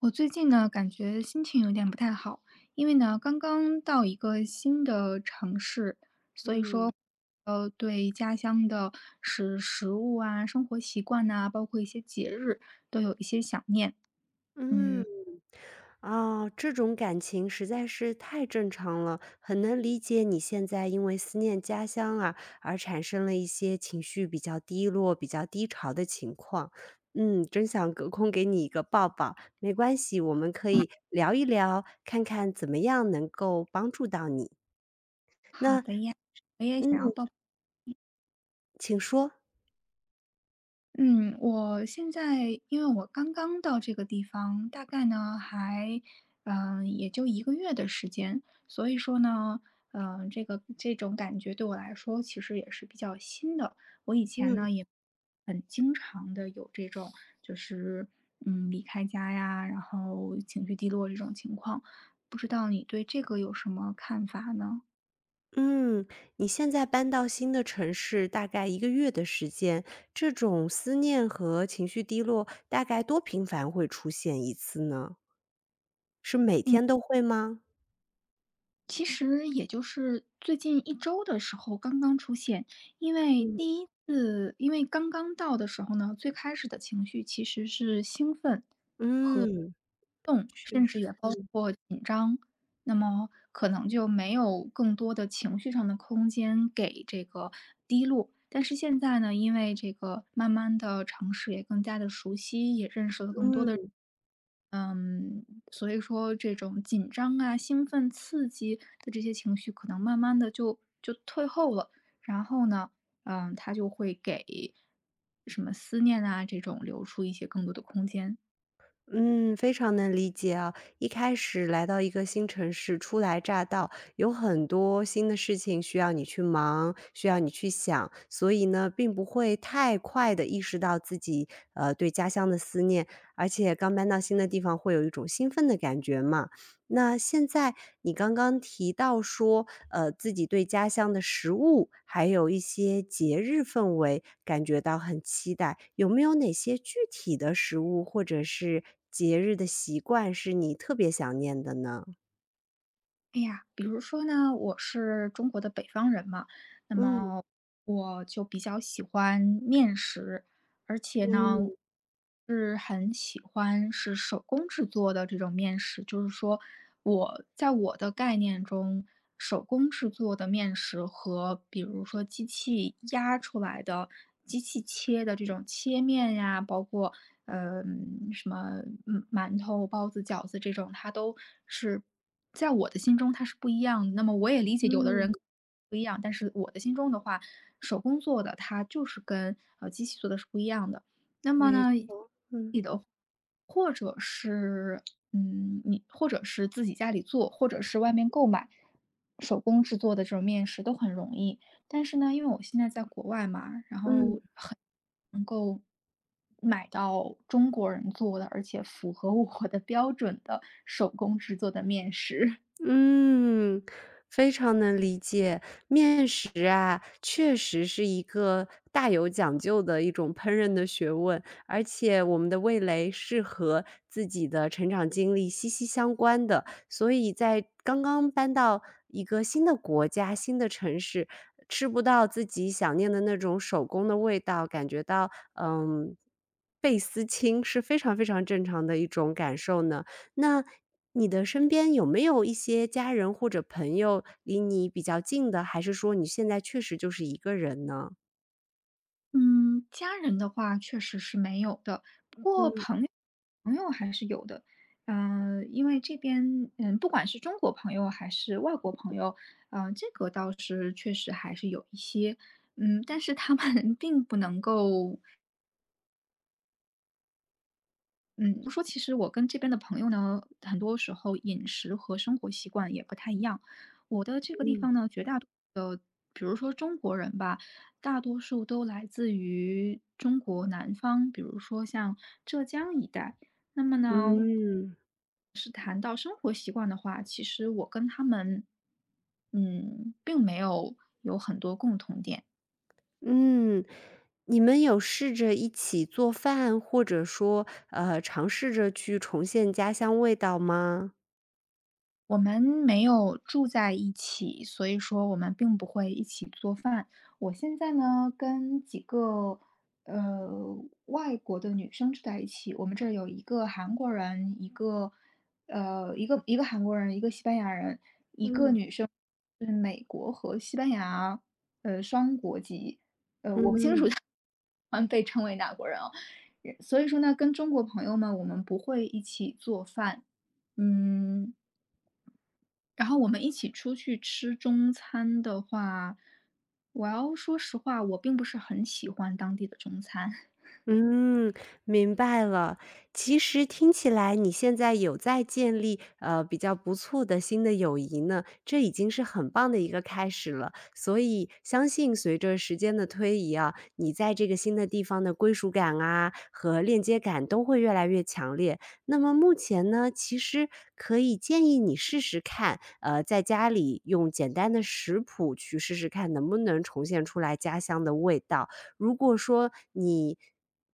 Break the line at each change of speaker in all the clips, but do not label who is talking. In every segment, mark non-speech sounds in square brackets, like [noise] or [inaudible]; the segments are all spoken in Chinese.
我最近呢，感觉心情有点不太好，因为呢，刚刚到一个新的城市，所以说，
嗯
对家乡的食物啊、生活习惯呐、包括一些节日，都有一些想念。
嗯，啊，这种感情实在是太正常了，很能理解你现在因为思念家乡啊，而产生了一些情绪比较低落、比较低潮的情况。嗯，真想隔空给你一个抱抱，没关系，我们可以聊一聊，看看怎么样能够帮助到你。
好
那
的呀，我也想要
嗯，
报。
请说。
嗯，我现在因为我刚刚到这个地方，大概呢还，也就一个月的时间，所以说呢，这种感觉对我来说其实也是比较新的。我以前
嗯。
呢也很经常的有这种，就是嗯离开家呀，然后情绪低落这种情况，不知道你对这个有什么看法呢？
嗯，你现在搬到新的城市大概一个月的时间，这种思念和情绪低落大概多频繁会出现一次呢？是每天都会吗？
其实也就是最近一周的时候刚刚出现，因为
嗯。
第一次因为刚刚到的时候呢，最开始的情绪其实是兴奋、
嗯，
动，
确
甚至
实。
也包括紧张，那么可能就没有更多的情绪上的空间给这个低落。但是现在呢，因为这个慢慢的城市也更加的熟悉，也认识了更多的
嗯。
所以说这种紧张啊、兴奋、刺激的这些情绪，可能慢慢的就退后了。然后呢，嗯，它就会给什么思念啊这种留出一些更多的空间。
嗯，非常能理解啊。一开始来到一个新城市，初来乍到，有很多新的事情需要你去忙，需要你去想，所以呢，并不会太快的意识到自己对家乡的思念，而且刚搬到新的地方会有一种兴奋的感觉嘛。那现在你刚刚提到说，自己对家乡的食物，还有一些节日氛围感觉到很期待，有没有哪些具体的食物或者是节日的习惯是你特别想念的呢？
哎呀，比如说呢，我是中国的北方人嘛，那
嗯
么我就比较喜欢面食。而且呢，
嗯
是很喜欢是手工制作的这种面食。就是说，我在我的概念中，手工制作的面食和比如说机器压出来的、机器切的这种切面呀，包括呃什么嗯馒头、包子、饺子这种，它都是在我的心中它是不一样的。那么我也理解有的人。
嗯，
不一样，但是我的心中的话，手工做的它就是跟呃机器做的是不一样的。那么
没
呢，
嗯
你的或者是嗯，你或者是自己家里做，或者是外面购买手工制作的这种面食都很容易。但是呢，因为我现在在国外嘛，然
嗯。
后很买到中国人做的，而且符合我的 [laughs] 标准的手工制作的面食。
嗯，非常能理解。面食啊，确实是一个大有讲究的一种烹饪的学问，而且我们的味蕾是和自己的成长经历息息相关的。所以在刚刚搬到一个新的国家、新的城市，吃不到自己想念的那种手工的味道，感觉到，嗯，倍思亲是非常非常正常的一种感受呢。那你的身边有没有一些家人或者朋友离你比较近的，还是说你现在确实就是一个人呢？
嗯，家人的话确实是没有的，
嗯。
朋友还是有的，嗯，因为这边，嗯，不管是中国朋友还是外国朋友，嗯，这个倒是确实还是有一些，嗯，但是他们 [laughs] 并不能够，嗯，说其实我跟这边的朋友呢，很多时候饮食和生活习惯也不太一样。我的这个地方呢，绝大多数的，比如说中国人吧，大多数都来自于中国南方，比如说像浙江一带。那么呢？
嗯，
谈到生活习惯的话，其实我跟他们，嗯，并没有很多共同点。
嗯，你们有试着一起做饭，或者说，尝试着去重现家乡味道吗？
我们没有住在一起，所以说我们并不会一起做饭。我现在呢，跟几个呃外国的女生住在一起，我们这儿有一个韩国人，一个韩国人，一个西班牙人，
嗯。
就是美国和西班牙呃双国籍。
嗯。
嗯，被称为哪国人哦。所以说呢，跟中国朋友们，我们不会一起做饭，嗯，然后我们一起出去吃中餐的话，我要说实话，我并不是很喜欢当地的中餐，
嗯，明白了。其实听起来你现在有在建立，比较不错的新的友谊呢，这已经是很棒的一个开始了。所以相信随着时间的推移啊，你在这个新的地方的归属感啊和链接感都会越来越强烈。那么目前呢，其实可以建议你试试看，在家里用简单的食谱去试试看能不能重现出来家乡的味道。如果说你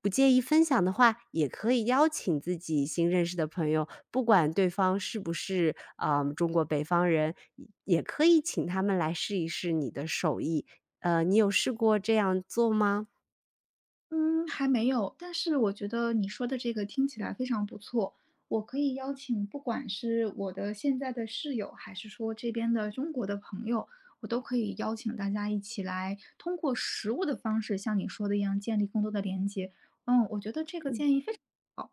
不介意分享的话，也可以邀请自己新认识的朋友，不管对方是不是啊、中国北方人，也可以请他们来试一试你的手艺。你有试过这样做吗？
嗯，还没有，但是我觉得你说的这个听起来非常不错。我可以邀请，不管是我的现在的室友，还是说这边的中国的朋友，我都可以邀请大家一起来，通过食物的方式，像你说的一样，建立更多的连接。嗯，我觉得这个建议非常好。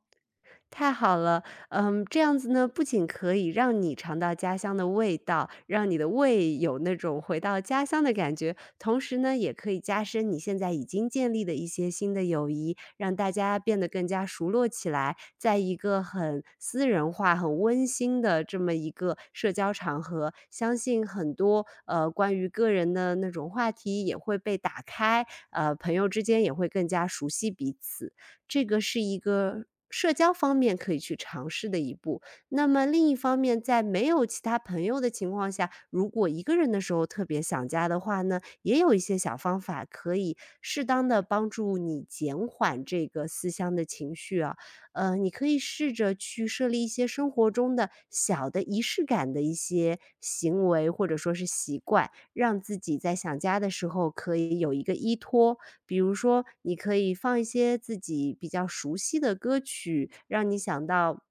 太好了，嗯，这样子呢，不仅可以让你尝到家乡的味道，让你的胃有那种回到家乡的感觉，同时呢，也可以加深你现在已经建立的一些新的友谊，让大家变得更加熟络起来，在一个很私人化、很温馨的这么一个社交场合，相信很多关于个人的那种话题也会被打开，朋友之间也会更加熟悉彼此。这个是一个社交方面可以去尝试的一步。那么另一方面，在没有其他朋友的情况下，如果一个人的时候特别想家的话呢，也有一些小方法可以适当的帮助你减缓这个思乡的情绪啊。你可以试着去设立一些生活中的小的仪式感的一些行为，或者说是习惯，让自己在想家的时候可以有一个依托。比如说，你可以放一些自己比较熟悉的歌曲，让你想到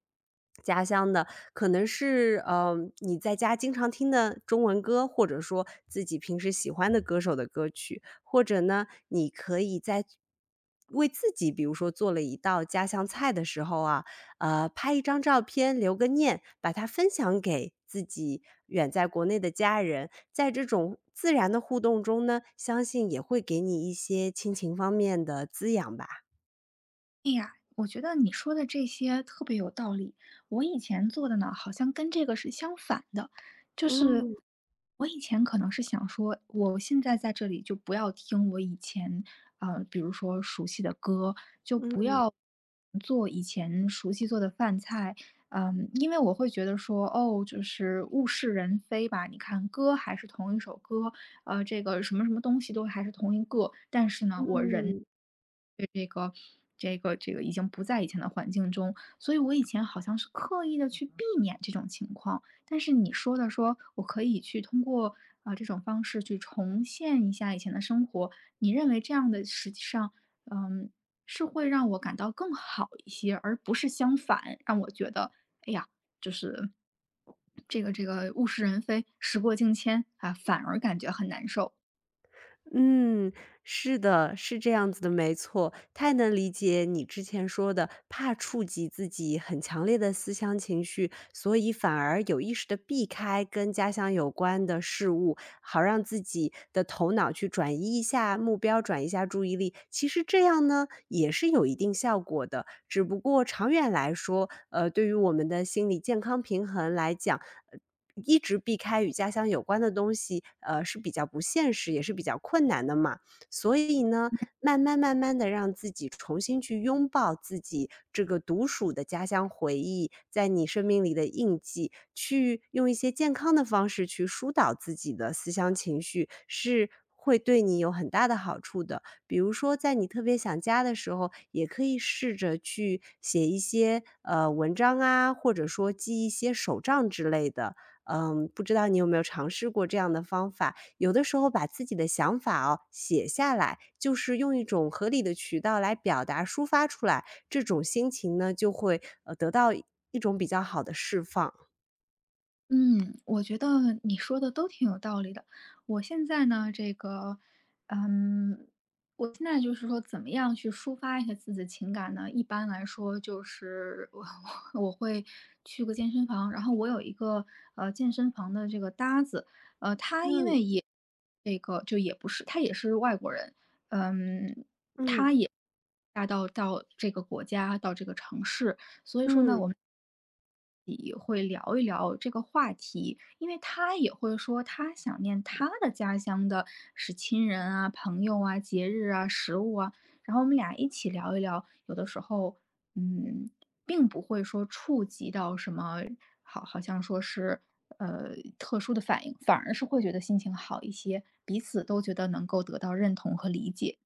家乡的，可能是，嗯，你在家经常听的中文歌，或者说自己平时喜欢的歌手的歌曲。或者呢，你可以在为自己比如说做了一道家乡菜的时候啊，拍一张照片留个念，把它分享给自己远在国内的家人。在这种自然的互动中呢，相信也会给你一些亲情方面的滋养吧。
我觉得你说的这些特别有道理。我以前做的呢，好像跟这个是相反的，就是
嗯，
我以前可能是想说，我现在在这里就不要听我以前，比如说熟悉的歌，就不
嗯
要做以前熟悉做的饭菜，嗯，因为我会觉得说，哦，就是物是人非吧。你看歌还是同一首歌，呃，这个什么什么东西都还是同一个，但是呢，我人
嗯
对这个已经不在以前的环境中，所以我以前好像是刻意的去避免这种情况。但是你说的说，我可以去通过这种方式去重现一下以前的生活，你认为这样的实际上，嗯，是会让我感到更好一些，而不是相反，让我觉得。哎呀，就是这个物是人非，时过境迁啊，反而感觉很难受。
嗯，是的，是这样子的，没错，太能理解你之前说的，怕触及自己很强烈的思乡情绪，所以反而有意识的避开跟家乡有关的事物，好让自己的头脑去转移一下目标，转移一下注意力。其实这样呢，也是有一定效果的，只不过长远来说，对于我们的心理健康平衡来讲，呃一直避开与家乡有关的东西，是比较不现实，也是比较困难的嘛。所以呢，慢慢慢慢的，让自己重新去拥抱自己这个独属的家乡回忆，在你生命里的印记，去用一些健康的方式去疏导自己的思乡情绪，是会对你有很大的好处的。比如说在你特别想家的时候，也可以试着去写一些，文章啊，或者说记一些手账之类的。嗯，不知道你有没有尝试过这样的方法？有的时候把自己的想法哦写下来，就是用一种合理的渠道来表达、抒发出来，这种心情呢就会得到一种比较好的释放。
嗯，我觉得你说的都挺有道理的。我现在呢，这个，嗯，我现在就是说，怎么样去抒发一下自己的情感呢？一般来说，就是我 [laughs] 我会去个健身房，然后我有一个健身房的这个搭子，他因为
嗯
也这个就也不是，他也是外国人，嗯，
嗯。
到这个国家，到这个城市。所以说呢，
嗯。
我们也会聊一聊这个话题，因为他也会说他想念他的家乡的是亲人啊、朋友啊、节日啊、食物啊，然后我们俩一起聊一聊，有的时候，嗯，并不会说触及到什么，好，好像说是呃特殊的反应，反而是会觉得心情好一些，彼此都觉得能够得到认同和理解。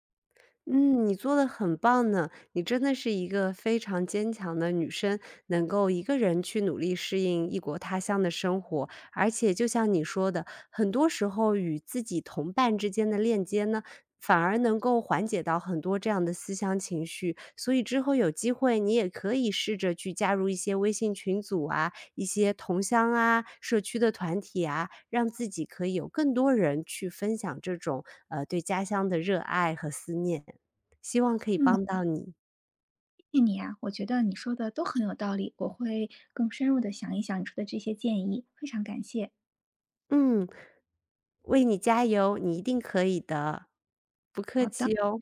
嗯，你做的很棒呢，你真的是一个非常坚强的女生，能够一个人去努力适应异国他乡的生活。而且就像你说的，很多时候与自己同伴之间的链接呢，反而能够缓解到很多这样的思乡情绪。所以之后有机会，你也可以试着去加入一些微信群组啊，一些同乡啊、社区的团体啊，让自己可以有更多人去分享这种对家乡的热爱和思念。希望可以
嗯。
帮嗯到你。
谢谢你啊，我觉得你说的都很有道理，我会更深入的想一想你说的这些建议，非常感谢。
嗯，为你加油，你一定可以的，不客
好的。
气哦。